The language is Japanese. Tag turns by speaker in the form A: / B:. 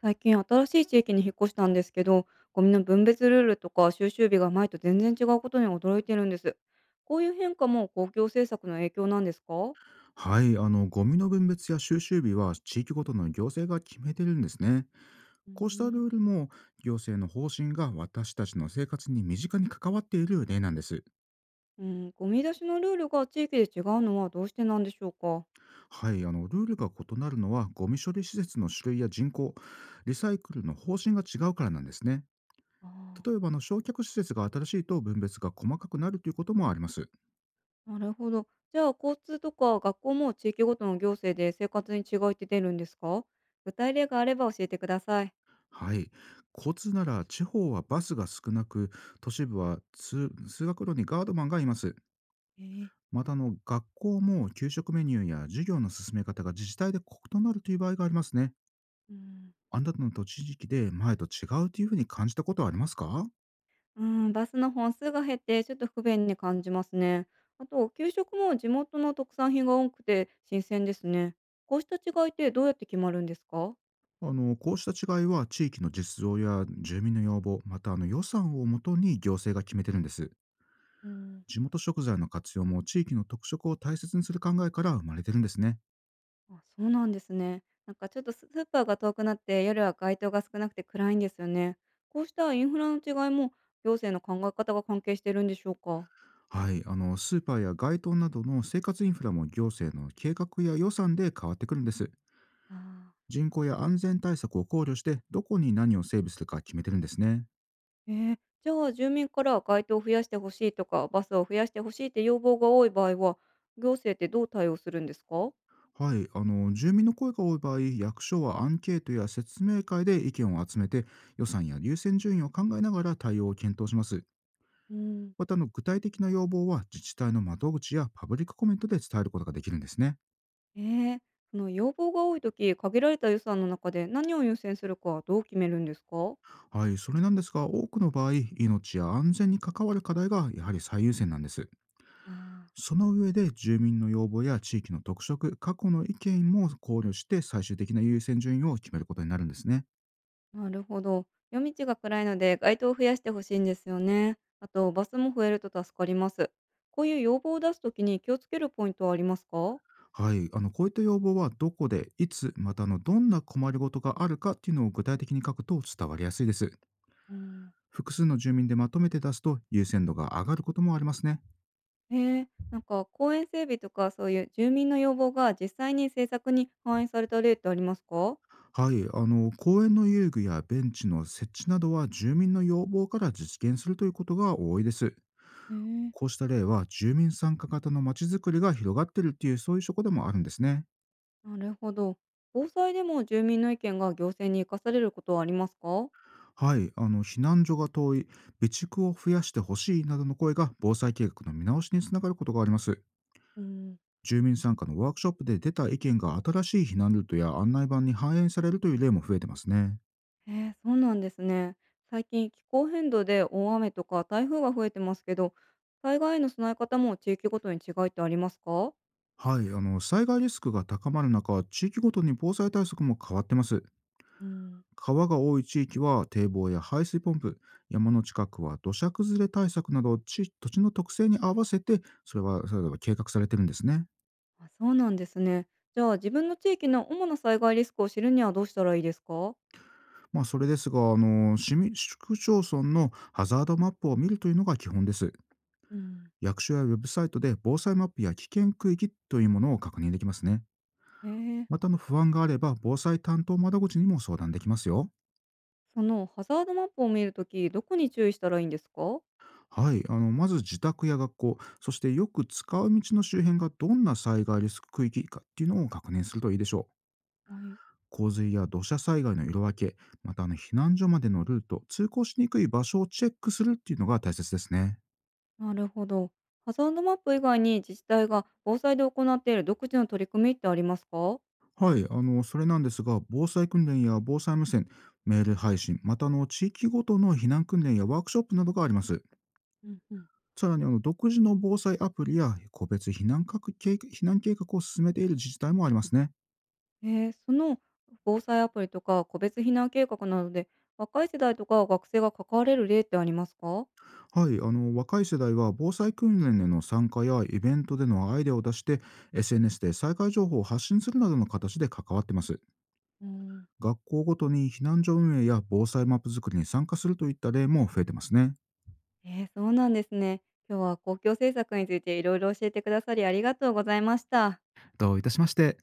A: 最近新しい地域に引っ越したんですけど、ゴミの分別ルールとか収集日が前と全然違うことに驚いてるんです。こういう変化も公共政策の影響なんですか？
B: はい、ゴミの分別や収集日は地域ごとの行政が決めてるんですね。
A: うー
B: こうした
A: ん。
B: ルールも行政の方針が私たちの生活に身近に関わっている例なんです。
A: うん、ゴミ出しのルールが地域で違うのはどうしてなんでしょうか？
B: はい、ルールが異なるのはゴミ処理施設の種類や人口、リサイクルの方針が違うからなんですね。例え
A: あ
B: ば焼却施設が新しいと分別が細かくなるということもあります。
A: あ、なるほど。じゃあ交通とか学校も地域ごとの行政で生活に違いって出るんですか？具体例があれば教えてください。
B: はい。交通なら地方はバスが少なく、都市部は通学路にガードマンがいます。
A: ええ。
B: また学校も給食メニューや授業の進め方が自治体で異なるという場合がありますね。
A: うん。
B: あなたの地域で前と違うというふうに感じたことはありますか？
A: うん、バスの本数が減ってちょっと不便に感じますね。あと、給食も地元の特産品が多くて新鮮ですね。こうした違いってどうやって決まるんですか？
B: こうした違いは地域の実情や住民の要望、また予算をもとに行政が決めてるんです。
A: うん。
B: 地元食材の活用も地域の特色を大切にする考えから生まれてるんですね。
A: あ、そうなんですね。なんかちょっとスーパーが遠くなって夜は街灯が少なくて暗いんですよね。こうしたインフラの違いも行政の考え方が関係してるんでしょうか？
B: はい、スーパーや街灯などの生活インフラも行政の計画や予算で変わってくるんです。
A: あー。
B: 人口や安全対策を考慮して、どこに何を整備するか決めてるんですね。
A: えー、じゃあ住民から街灯を増やしてほしいとかバスを増やしてほしいって要望が多い場合は行政ってどう対応するんですか？
B: はい、住民の声が多い場合、役所はアンケートや説明会で意見を集めて、予算や優先順位を考えながら対応を検討します。
A: うん。
B: また具体的な要望は自治体の窓口やパブリックコメントで伝えることができるんですね。
A: ええ、その要望が多いとき限られた予算の中で何を優先するかはどう決めるんですか？
B: はい、それなんですが、多くの場合、命や安全に関わる課題がやはり最優先なんです。
A: あ
B: その上で住民の要望や地域の特色、過去の意見も考慮して最終的な優先順位を決めることになるんですね。
A: あ、なるほど。夜道が暗いので街灯を増やしてほしいんですよね。あとバスも増えると助かります。こういう要望を出すときに気をつけるポイントはありますか？
B: はい、こういった要望はどこで、いつ、またどんな困りごとがあるかっていうのを具体的に書くと伝わりやすいです。
A: うん。
B: 複数の住民でまとめて出すと優先度が上がることもありますね。
A: へえ、なんか公園整備とかそういう住民の要望が実際に政策に反映された例ってありますか？
B: はい、公園の遊具やベンチの設置などは住民の要望から実現するということが多いです。
A: へえ、
B: こうした例は住民参加型のまちづくりが広がっているっていう、そういう証拠でもあるんですね。
A: なるほど。防災でも住民の意見が行政に生かされることはありますか？
B: はい、避難所が遠い、備蓄を増やしてほしいなどの声が防災計画の見直しにつながることがあります。
A: うん。
B: 住民参加のワークショップで出た意見が新しい避難ルートや案内板に反映されるという例も増えてますね。
A: ええ、そうなんですね。最近気候変動で大雨とか台風が増えてますけど、災害への備え方も地域ごとに違いってありますか？
B: はい、災害リスクが高まる中、地域ごとに防災対策も変わってます。
A: うん、
B: 川が多い地域は堤防や排水ポンプ、山の近くは土砂崩れ対策など、土地の特性に合わせて、それはそれぞれ計画されてるんですね。
A: あ、そうなんですね。じゃあ自分の地域の主な災害リスクを知るにはどうしたらいいですか？
B: まあ、それですが、市区町村のハザードマップを見るというのが基本です。
A: うん、
B: 役所やウェブサイトで防災マップや危険区域というものを確認できますね。
A: ええ、
B: また、不安があれば、防災担当窓口にも相談できますよ。
A: そのハザードマップを見るとき、どこに注意したらいいんですか？
B: はい、まず自宅や学校、そしてよく使う道の周辺がどんな災害リスク区域かっていうのを確認するといいでしょう。
A: はい。
B: 洪水や土砂災害の色分け、また避難所までのルート、通行しにくい場所をチェックするっていうのが大切ですね。
A: なるほど。ハザードマップ以外に自治体が防災で行っている独自の取り組みってありますか？
B: はい、それなんですが、防災訓練や防災無線、メール配信、また地域ごとの避難訓練やワークショップなどがあります。
A: うんうん。
B: さらに独自の防災アプリや個別避難かく計画避難計画を進めている自治体もありますね。
A: えー、その防災アプリとか個別避難計画などで若い世代とか学生が関われる例ってありますか？
B: はい、若い世代は防災訓練への参加やイベントでのアイデアを出して、SNS で災害情報を発信するなどの形で関わってます。
A: うん、
B: 学校ごとに避難所運営や防災マップ作りに参加するといった例も増えてますね。
A: ええ、そうなんですね。今日は公共政策についていろいろ教えてくださりありがとうございました。
B: どういたしまして。